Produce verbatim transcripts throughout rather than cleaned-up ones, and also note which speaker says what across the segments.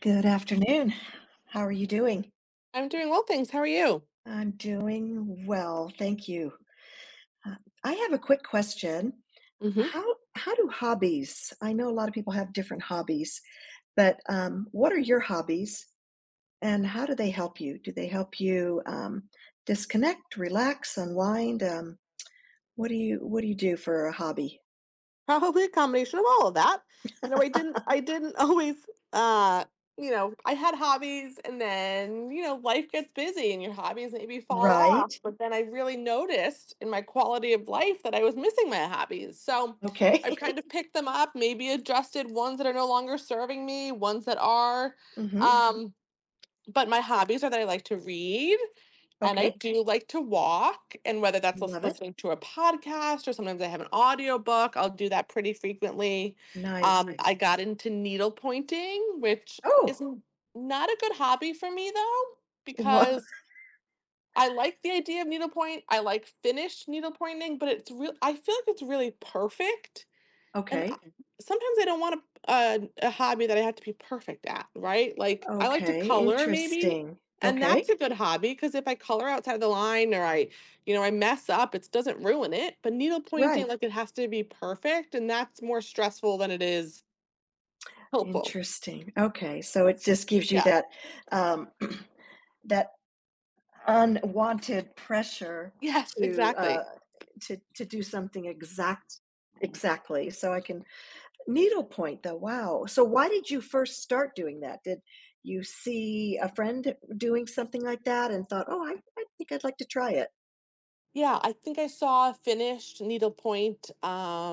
Speaker 1: Good afternoon. How are you doing?
Speaker 2: I'm doing well, thanks. How are you?
Speaker 1: I'm doing well, thank you. Uh, I have a quick question. Um,
Speaker 2: Hmm.
Speaker 1: How how do hobbies I know a lot of people have different hobbies, but, um, what are your hobbies, and how do they help you? Do they help you, um, disconnect, relax, unwind? Um, what do you what do you do for a hobby?
Speaker 2: Probably a combination of all of that. You know, I didn't, I didn't always, uh, you know, I had hobbies, and then you know, life gets busy, and your hobbies maybe fall off.
Speaker 1: Right.
Speaker 2: But then I really noticed in my quality of life that I was missing my hobbies. So I've
Speaker 1: Okay.
Speaker 2: kind of picked them up, maybe adjusted ones that are no longer serving me, ones that are. Hmm.
Speaker 1: Mhm.
Speaker 2: Um, but my hobbies are that I like to read. And I
Speaker 1: Okay.
Speaker 2: do like to walk, and whether that's lis-
Speaker 1: Love it.
Speaker 2: listening to a podcast, or sometimes I have an audiobook, I'll do that pretty frequently.
Speaker 1: Nice.
Speaker 2: Um, Right. I got into needle pointing, which is
Speaker 1: Oh!
Speaker 2: n- not a good hobby for me, though,
Speaker 1: What?
Speaker 2: because I like the idea of needlepoint. I like finished needlepointing, but it's real I feel like it's really perfect, and
Speaker 1: Okay.
Speaker 2: I- sometimes I don't want a, a a hobby that I have to be perfect at, right? Like, I like to
Speaker 1: Okay,
Speaker 2: color maybe,
Speaker 1: interesting.
Speaker 2: and that's
Speaker 1: Okay,
Speaker 2: a good hobby, because if I color outside the line, or I, you know, I mess up, it doesn't ruin it. But needle pointing,
Speaker 1: right.
Speaker 2: like, it has to be perfect, and that's more stressful than it is helpful.
Speaker 1: Interesting. Okay, so it just gives you
Speaker 2: Yeah.
Speaker 1: that um, that unwanted pressure
Speaker 2: Yes.
Speaker 1: to uh,
Speaker 2: Exactly.
Speaker 1: to to do something exact exactly. So I can needlepoint though. Wow. So why did you first start doing that? Did you see a friend doing something like that and thought, "Oh, I, I think I'd like to try it."
Speaker 2: Yeah. I think I saw a finished needlepoint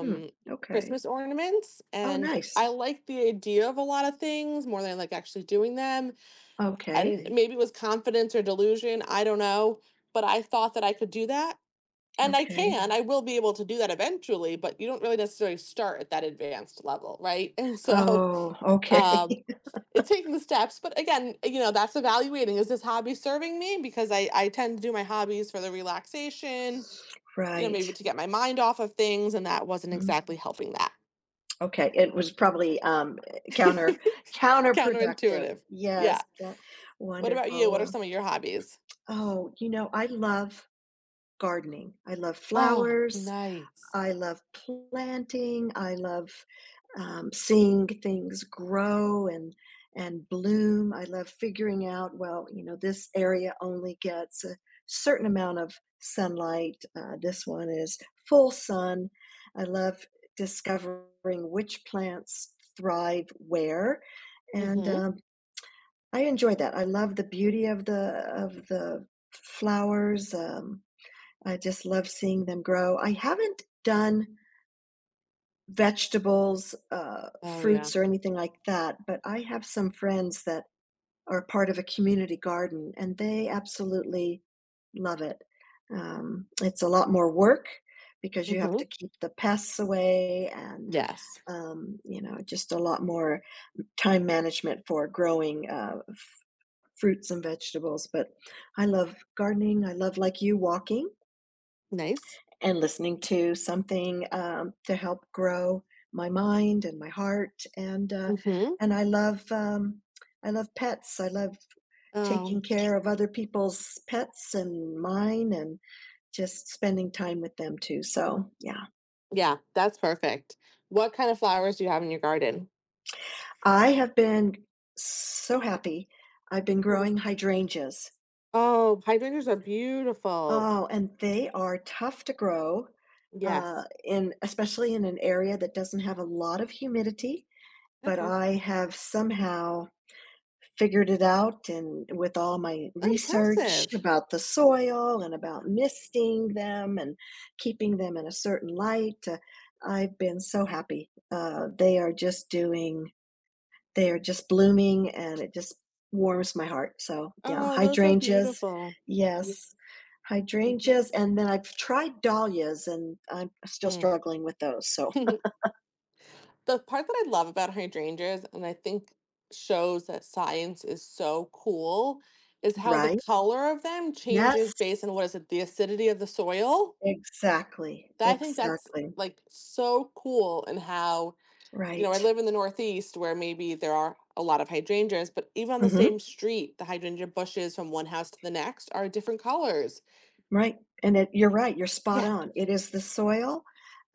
Speaker 1: Hmm. Okay.
Speaker 2: Christmas ornaments,
Speaker 1: Oh,
Speaker 2: and I
Speaker 1: nice.
Speaker 2: like the idea of a lot of things more than I like actually doing them.
Speaker 1: Okay.
Speaker 2: And maybe it was confidence or delusion, I don't know, but I thought that I could do that, and i
Speaker 1: Okay.
Speaker 2: can I will be able to do that eventually. But you don't really necessarily start at that advanced level, right? And so
Speaker 1: Oh,
Speaker 2: um
Speaker 1: okay.
Speaker 2: it's taking the steps. But again, you know that's evaluating, is this hobby serving me? Because i i tend to do my hobbies for the relaxation, you know
Speaker 1: Right.
Speaker 2: maybe to get my mind off of things, and that wasn't
Speaker 1: Mm,
Speaker 2: exactly helping that.
Speaker 1: okay, it was probably, um, counter counterproductive.
Speaker 2: Counterintuitive, yeah.
Speaker 1: Yes, yeah,
Speaker 2: What about you?
Speaker 1: wonderful,
Speaker 2: What are
Speaker 1: well
Speaker 2: some of your hobbies?
Speaker 1: oh, you know, I love gardening. I love
Speaker 2: Oh,
Speaker 1: flowers,
Speaker 2: nice.
Speaker 1: I love planting. I love um, seeing things grow and and bloom. I love figuring out. Well, you know, this area only gets a certain amount of sunlight. Uh, this one is full sun. I love discovering which plants thrive where, and
Speaker 2: Hmm.
Speaker 1: um, I enjoy that. I love the beauty of the of the flowers. Um, I just love seeing them grow. I haven't done vegetables, uh,
Speaker 2: Oh, yeah.
Speaker 1: fruits, or anything like that. But I have some friends that are part of a community garden, and they absolutely love it. Um, it's a lot more work because you have to
Speaker 2: Mhm.
Speaker 1: keep the pests away and
Speaker 2: Yes.
Speaker 1: um, you know just a lot more time management for growing uh, f- fruits and vegetables but I love gardening I love like you walking
Speaker 2: Nice.
Speaker 1: and listening to something um, to help grow my mind and my heart and uh,
Speaker 2: Mhm.
Speaker 1: and I love um, I love pets. I love
Speaker 2: Oh,
Speaker 1: taking care of other people's pets and mine and just spending time with them too. So yeah,
Speaker 2: yeah, that's perfect. What kind of flowers do you have in your garden?
Speaker 1: I have been so happy. I've been
Speaker 2: Mm.
Speaker 1: growing hydrangeas.
Speaker 2: Oh, hydrangeas are beautiful.
Speaker 1: Oh, and they are tough to grow uh,
Speaker 2: Yes.
Speaker 1: in especially in an area that doesn't have a lot of humidity. But
Speaker 2: Okay.
Speaker 1: I have somehow figured it out, and with all my research
Speaker 2: Impressive.
Speaker 1: about the soil and about misting them and keeping them in a certain light, uh, I've been so happy. Uh, they are just doing they are just blooming, and it just warms my heart. So, yeah,
Speaker 2: Oh, those are
Speaker 1: hydrangeas,
Speaker 2: beautiful.
Speaker 1: yes, hydrangeas, and then I've tried dahlias, and I'm still
Speaker 2: Mm.
Speaker 1: struggling with those, so
Speaker 2: The part that I love about hydrangeas, and I think shows that science is so cool, is how the
Speaker 1: right?
Speaker 2: color of them
Speaker 1: Yes,
Speaker 2: changes based on what is it, the acidity of the soil?
Speaker 1: exactly,
Speaker 2: I think that's
Speaker 1: exactly,
Speaker 2: like so cool. And how, you know, I
Speaker 1: right.
Speaker 2: live in the Northeast, where maybe there are a lot of hydrangeas, but even on the same
Speaker 1: Mhm.
Speaker 2: street, the hydrangea bushes from one house to the next are different colors.
Speaker 1: Right, and it you're right, you're spot
Speaker 2: Yeah,
Speaker 1: on. It is the soil,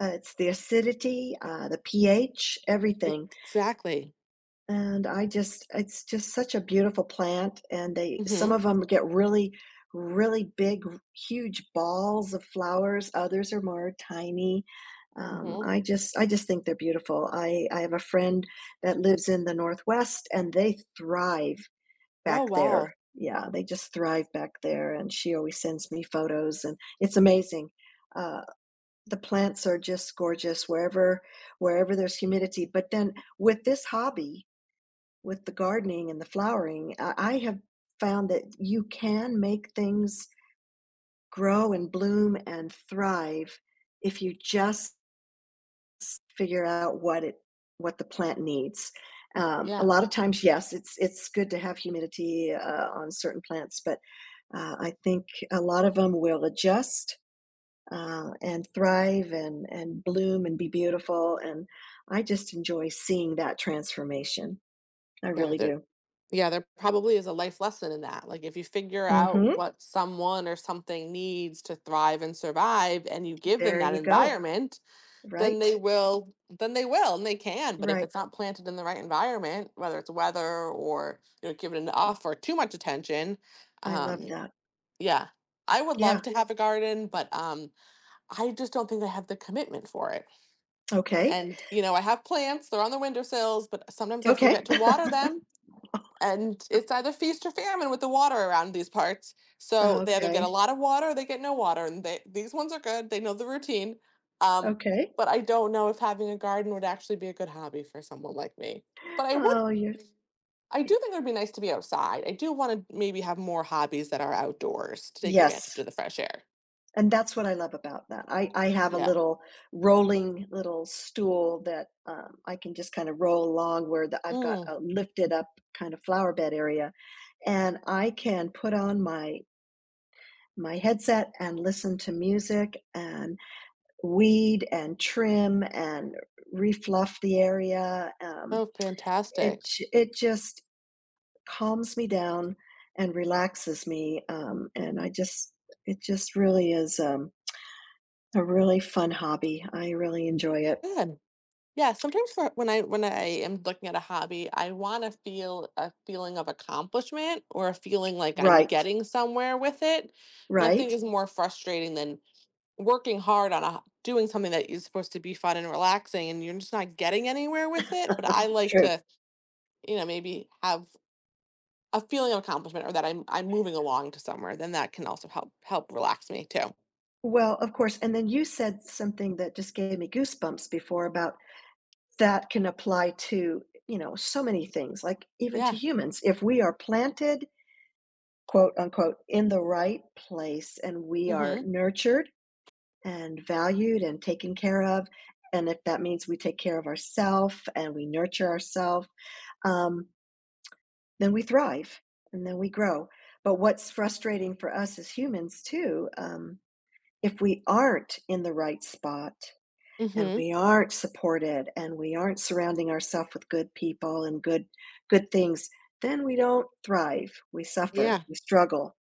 Speaker 1: uh, it's the acidity, uh, the pH, everything,
Speaker 2: ex- exactly.
Speaker 1: and I just it's just such a beautiful plant, and they some
Speaker 2: Hmm.
Speaker 1: of them get really, really big, huge balls of flowers, others are more tiny. Um,
Speaker 2: Hmm.
Speaker 1: I just I just think they're beautiful. I I have a friend that lives in the Northwest, and they thrive
Speaker 2: Oh,
Speaker 1: back there.
Speaker 2: wow.
Speaker 1: Yeah, they just thrive back there, and she always sends me photos, and it's amazing. Uh, the plants are just gorgeous wherever wherever there's humidity. But then with this hobby, with the gardening and the flowering, I, I have found that you can make things grow and bloom and thrive if you just figure out what it what the plant needs. Um, a
Speaker 2: Yeah.
Speaker 1: lot of times, yes, it's it's good to have humidity uh, on certain plants, but uh, I think a lot of them will adjust uh, and thrive and and bloom and be beautiful. And I just enjoy seeing that transformation. I
Speaker 2: Yeah.
Speaker 1: really
Speaker 2: There,
Speaker 1: do.
Speaker 2: yeah. There probably is a life lesson in that. Like, if you figure out
Speaker 1: Hmm.
Speaker 2: what someone or something needs to thrive and survive, and you give them
Speaker 1: There
Speaker 2: that
Speaker 1: you go.
Speaker 2: environment, then they
Speaker 1: Right.
Speaker 2: will then they will and they can. But if
Speaker 1: Right.
Speaker 2: it's not planted in the right environment, whether it's weather, or you know given enough or too much attention,
Speaker 1: I love
Speaker 2: um
Speaker 1: that.
Speaker 2: yeah, I would love
Speaker 1: Yeah.
Speaker 2: to have a garden, but um I just don't think I have the commitment for it.
Speaker 1: Okay.
Speaker 2: And you know I have plants, they're on the windowsills, but sometimes I
Speaker 1: Okay.
Speaker 2: forget to water them, and it's either feast or famine with the water around these parts. So they either get a
Speaker 1: Okay.
Speaker 2: lot of water, or they get no water. And they, these ones are good. They know the routine. Um,
Speaker 1: Okay.
Speaker 2: but I don't know if having a garden would actually be a good hobby for someone like me. But I would,
Speaker 1: Oh, you.
Speaker 2: I do think it would be nice to be outside. I do want to maybe have more hobbies that are outdoors, to take advantage
Speaker 1: Yes.
Speaker 2: of the fresh air.
Speaker 1: And that's what I love about that. I, I have a
Speaker 2: Yeah.
Speaker 1: little rolling little stool that um, I can just kind of roll along where the, I've got
Speaker 2: Mm.
Speaker 1: a lifted up kind of flower bed area, and I can put on my my headset and listen to music and weed and trim and refluff the area. Um,
Speaker 2: Oh,
Speaker 1: it
Speaker 2: fantastic.
Speaker 1: it just calms me down and relaxes me, um, and I just it just really is. Um, A really fun hobby. I really enjoy it.
Speaker 2: Good. Yeah, sometimes, for when I when I am looking at a hobby, I want to feel a feeling of accomplishment, or a feeling like I'm
Speaker 1: Right,
Speaker 2: getting somewhere with it. Nothing
Speaker 1: right.
Speaker 2: is more frustrating than working hard on a doing something that is supposed to be fun and relaxing, and you're just not getting anywhere with it. But I like
Speaker 1: True.
Speaker 2: to, you know, maybe have a feeling of accomplishment, or that I'm I'm moving along to somewhere. Then that can also help help relax me too.
Speaker 1: Well, of course, and then you said something that just gave me goosebumps before about that can apply to, you know, so many things, like even to
Speaker 2: Yeah.
Speaker 1: humans. If we are planted, quote unquote, in the right place and we are
Speaker 2: Mhm.
Speaker 1: nurtured and valued and taken care of, and if that means we take care of ourselves and we nurture ourselves, um, then we thrive and then we grow. But what's frustrating for us as humans too, um, if we aren't in the right spot and
Speaker 2: Mhm.
Speaker 1: we aren't supported and we aren't surrounding ourselves with good people and good good things, then we don't thrive. We suffer,
Speaker 2: Yeah.
Speaker 1: we struggle,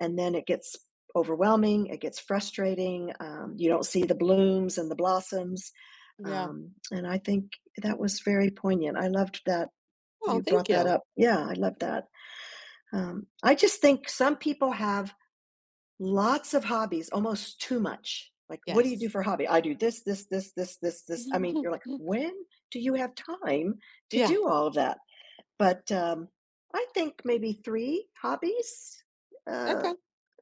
Speaker 1: and then it gets overwhelming. It gets frustrating. Um, you don't see the blooms and the blossoms.
Speaker 2: Yeah.
Speaker 1: Um, and I think that was very poignant. I loved that
Speaker 2: Oh,
Speaker 1: you
Speaker 2: thank
Speaker 1: brought that
Speaker 2: you.
Speaker 1: up. Yeah, I love that. Um, I just think some people have lots of hobbies, almost too much. Like, what do you do
Speaker 2: Yes.
Speaker 1: for a hobby? I do this, this, this, this, this, this. I mean, you're like, when do you have time to
Speaker 2: Yeah.
Speaker 1: do all of that? But um, I think maybe three hobbies. Uh,
Speaker 2: Okay.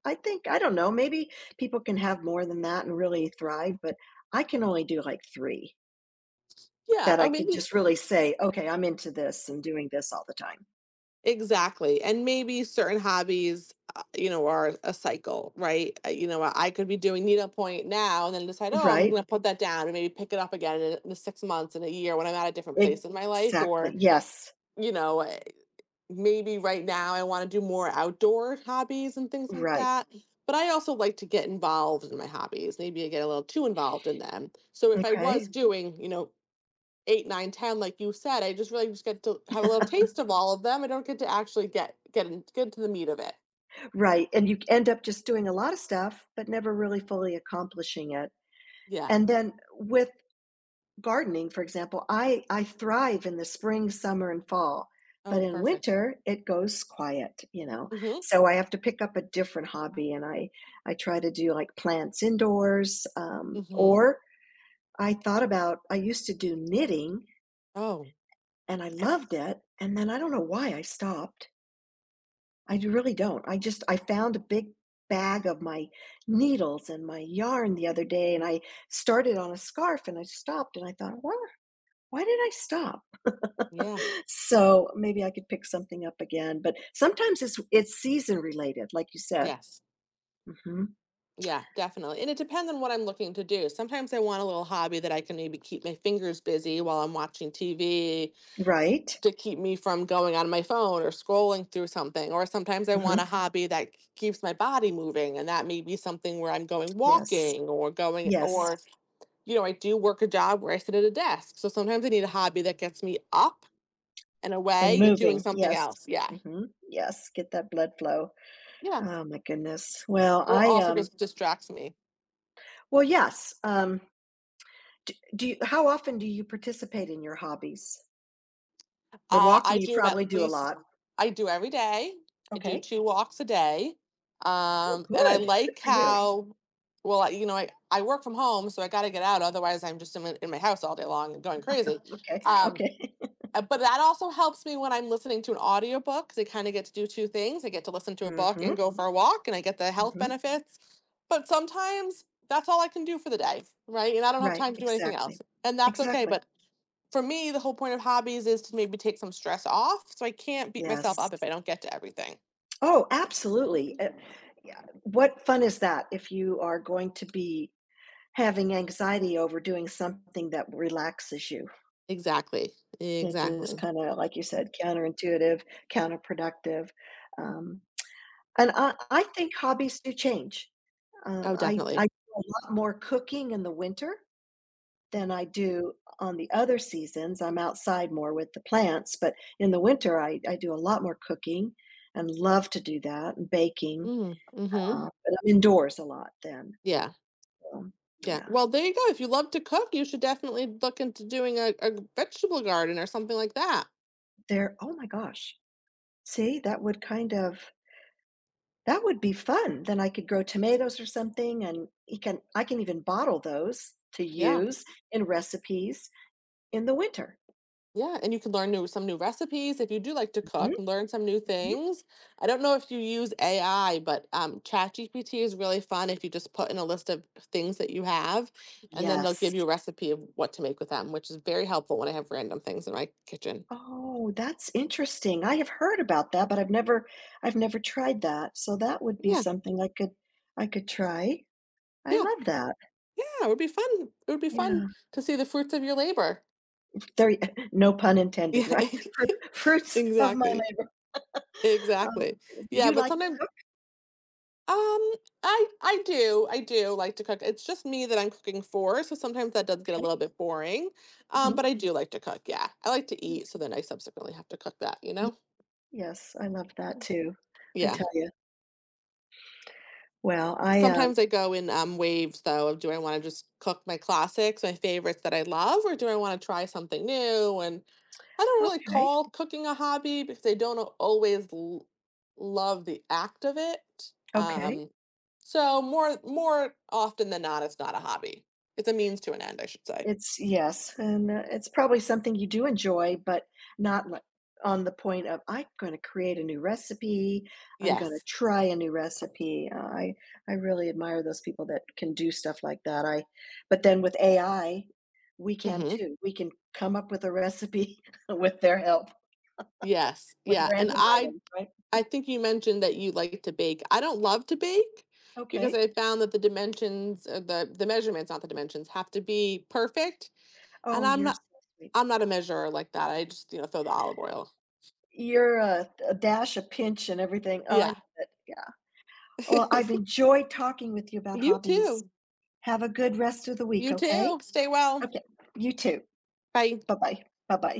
Speaker 1: I think, I don't know, maybe people can have more than that and really thrive, but I can only do like three
Speaker 2: Yeah.
Speaker 1: that I
Speaker 2: Or
Speaker 1: could
Speaker 2: maybe
Speaker 1: just really say, okay, I'm into this and doing this all the time.
Speaker 2: exactly. And maybe certain hobbies, uh, you know, are a cycle, right? Uh, You know, I could be doing needlepoint now, and then decide, oh, I'm
Speaker 1: Right?
Speaker 2: going to put that down and maybe pick it up again in the six months and a year, when I'm at a different place in my life.
Speaker 1: Exactly.
Speaker 2: Or,
Speaker 1: Yes.
Speaker 2: you know, uh, maybe right now I want to do more outdoor hobbies and things like
Speaker 1: Right.
Speaker 2: that. But I also like to get involved in my hobbies. Maybe I get a little too involved in them. So if I
Speaker 1: Okay.
Speaker 2: was doing, you know, eight, nine, ten, like you said, I just really just get to have a little taste of all of them. I don't get to actually get get in, get to the meat of it.
Speaker 1: Right, and you end up just doing a lot of stuff, but never really fully accomplishing it,
Speaker 2: Yeah.
Speaker 1: and then with gardening, for example, I I thrive in the spring, summer, and fall, but
Speaker 2: Oh,
Speaker 1: in
Speaker 2: perfect.
Speaker 1: winter, it goes quiet, you know?
Speaker 2: Mm-hmm.
Speaker 1: So I have to pick up a different hobby, and I I try to do, like, plants indoors, um,
Speaker 2: Mm-hmm.
Speaker 1: or I thought about I used to do knitting,
Speaker 2: Oh,
Speaker 1: and I
Speaker 2: And I
Speaker 1: loved it, and then I don't know why I stopped. I really don't. I just I found a big bag of my needles and my yarn the other day, and I started on a scarf, and I stopped, and I thought, why why did I stop?
Speaker 2: yeah.
Speaker 1: So maybe I could pick something up again. But sometimes it's it's season related, like you said.
Speaker 2: Yes.
Speaker 1: Hmm.
Speaker 2: Yeah, definitely. And it depends on what I'm looking to do. Sometimes I want a little hobby that I can maybe keep my fingers busy while I'm watching T V,
Speaker 1: Right?
Speaker 2: to keep me from going on my phone or scrolling through something. Or sometimes I
Speaker 1: Hmm.
Speaker 2: want a hobby that k- keeps my body moving. And that may be something where I'm going
Speaker 1: Yes.
Speaker 2: walking or going,
Speaker 1: Yes.
Speaker 2: or you know, I do work a job where I sit at a desk. So sometimes I need a hobby that gets me up and
Speaker 1: And
Speaker 2: away and doing
Speaker 1: moving.
Speaker 2: something
Speaker 1: Yes.
Speaker 2: else. Yeah.
Speaker 1: Hmm. Yes. Get that blood flow.
Speaker 2: Yeah.
Speaker 1: Oh my goodness. Well,
Speaker 2: Or
Speaker 1: I
Speaker 2: also
Speaker 1: um.
Speaker 2: just distracts me.
Speaker 1: Well, yes. Um. D do you how often do you participate in your hobbies? The
Speaker 2: Uh,
Speaker 1: walking
Speaker 2: I
Speaker 1: you
Speaker 2: do about
Speaker 1: probably
Speaker 2: at
Speaker 1: do a
Speaker 2: least,
Speaker 1: lot.
Speaker 2: I do every day. I do
Speaker 1: Okay.
Speaker 2: two walks a day.
Speaker 1: Oh,
Speaker 2: Um, and I
Speaker 1: good. Good
Speaker 2: like
Speaker 1: for you.
Speaker 2: how, well, I- you know, I, I work from home, so I got to get out. Otherwise, I'm just in, my- in my house all day long and going crazy.
Speaker 1: Okay,
Speaker 2: Um,
Speaker 1: okay.
Speaker 2: Uh, But that also helps me when I'm listening to an audiobook, because I kind of get to do two things. I get to listen to a book
Speaker 1: Mhm,
Speaker 2: and go for a walk, and I get the health
Speaker 1: mhm.
Speaker 2: benefits. But sometimes that's all I can do for the day, right? And I don't have
Speaker 1: Right,
Speaker 2: time to do anything
Speaker 1: exactly.
Speaker 2: else. And that's okay.
Speaker 1: Exactly.
Speaker 2: But for me, the whole point of hobbies is to maybe take some stress off. So I can't beat myself
Speaker 1: Yes.
Speaker 2: up if I don't get to everything.
Speaker 1: Oh, absolutely. Uh, yeah, what fun is that if you are going to be having anxiety over doing something that relaxes you?
Speaker 2: Exactly.
Speaker 1: It's just
Speaker 2: Exactly.
Speaker 1: kinda, like you said, counterintuitive, counterproductive, um, and I I think hobbies do change. Uh,
Speaker 2: Oh,
Speaker 1: I I
Speaker 2: definitely.
Speaker 1: do a lot more cooking in the winter than I do on the other seasons. I'm outside more with the plants, but in the winter, I I do a lot more cooking and love to do that and baking,
Speaker 2: Mm-hmm. Mm-hmm.
Speaker 1: uh, but I'm indoors a lot then.
Speaker 2: Yeah.
Speaker 1: Um,
Speaker 2: Yeah.
Speaker 1: yeah,
Speaker 2: Well, there you go. If you love to cook, you should definitely look into doing a, a vegetable garden or something like that.
Speaker 1: there oh my gosh. See, that would kind of that would be fun. Then I could grow tomatoes or something, and you can I can even bottle those to
Speaker 2: Yeah.
Speaker 1: use in recipes in the winter.
Speaker 2: Yeah, and you can learn new some new recipes if you do like to
Speaker 1: Mhm,
Speaker 2: cook, and learn some new
Speaker 1: mhm.
Speaker 2: things. I don't know if you use A I, but um, ChatGPT is really fun if you just put in a list of things that you have, and then they'll
Speaker 1: Yes.
Speaker 2: give you a recipe of what to make with them, which is very helpful when I have random things in my kitchen.
Speaker 1: Oh, that's interesting. I have heard about that, but I've never I've never tried that. So that would be
Speaker 2: Yeah,
Speaker 1: something I could I could try. I
Speaker 2: yeah,
Speaker 1: love that.
Speaker 2: yeah. It would be fun. It would be fun
Speaker 1: Yeah.
Speaker 2: to see the fruits of your labor.
Speaker 1: There, y- no pun intended,
Speaker 2: Yeah,
Speaker 1: right? Fruit, fruits of my
Speaker 2: exactly,
Speaker 1: labor. Oh,
Speaker 2: exactly.
Speaker 1: do
Speaker 2: Yeah,
Speaker 1: you
Speaker 2: but
Speaker 1: like
Speaker 2: sometimes,
Speaker 1: to
Speaker 2: Um, I I do. I do like to cook. It's just me that I'm cooking for, so sometimes that does get a
Speaker 1: hike?
Speaker 2: little bit boring. Um,
Speaker 1: Hmm.
Speaker 2: but I do like to cook, yeah. I like to eat, so then I subsequently have to cook that, you know?
Speaker 1: Yes, I love that too. I
Speaker 2: Yeah.
Speaker 1: tell you. Well, I um.
Speaker 2: Sometimes I go in um, waves, though, of, do I want to just cook my classics, my favorites that I love, or do I want to try something new? And I don't really
Speaker 1: Okay.
Speaker 2: call cooking a hobby because I don't al- always l- love the act of it.
Speaker 1: Okay.
Speaker 2: Um, so more more often than not, it's not a hobby. It's a means to an end, I should say.
Speaker 1: It's yes, and, uh, it's probably something you do enjoy, but not li on the point of, "I'm gonna create a new recipe, I'm gonna
Speaker 2: Yes.
Speaker 1: try a new recipe." Uh, I I really admire those people that can do stuff like that, I but then with A I, we can
Speaker 2: Hmm.
Speaker 1: too, we can come up with a recipe with their help,
Speaker 2: Yes.
Speaker 1: with
Speaker 2: Yeah. And
Speaker 1: random
Speaker 2: I
Speaker 1: items, right?
Speaker 2: I think you mentioned that you like to bake. I don't love to bake because
Speaker 1: Okay.
Speaker 2: I found that the dimensions, uh, the the measurements, not the dimensions, have to be perfect. And
Speaker 1: Oh,
Speaker 2: I'm
Speaker 1: you're so
Speaker 2: not
Speaker 1: sweet.
Speaker 2: I'm not a measurer like that. I just, you know, throw the olive oil.
Speaker 1: You're a a dash, a pinch, and everything. Oh, I
Speaker 2: Yeah.
Speaker 1: love it, yeah. Well, I've enjoyed talking with you about
Speaker 2: You
Speaker 1: hobbies.
Speaker 2: too.
Speaker 1: Have a good rest of the week,
Speaker 2: You
Speaker 1: okay?
Speaker 2: too. Stay well.
Speaker 1: Okay, you too.
Speaker 2: Bye.
Speaker 1: Bye-bye. Bye-bye.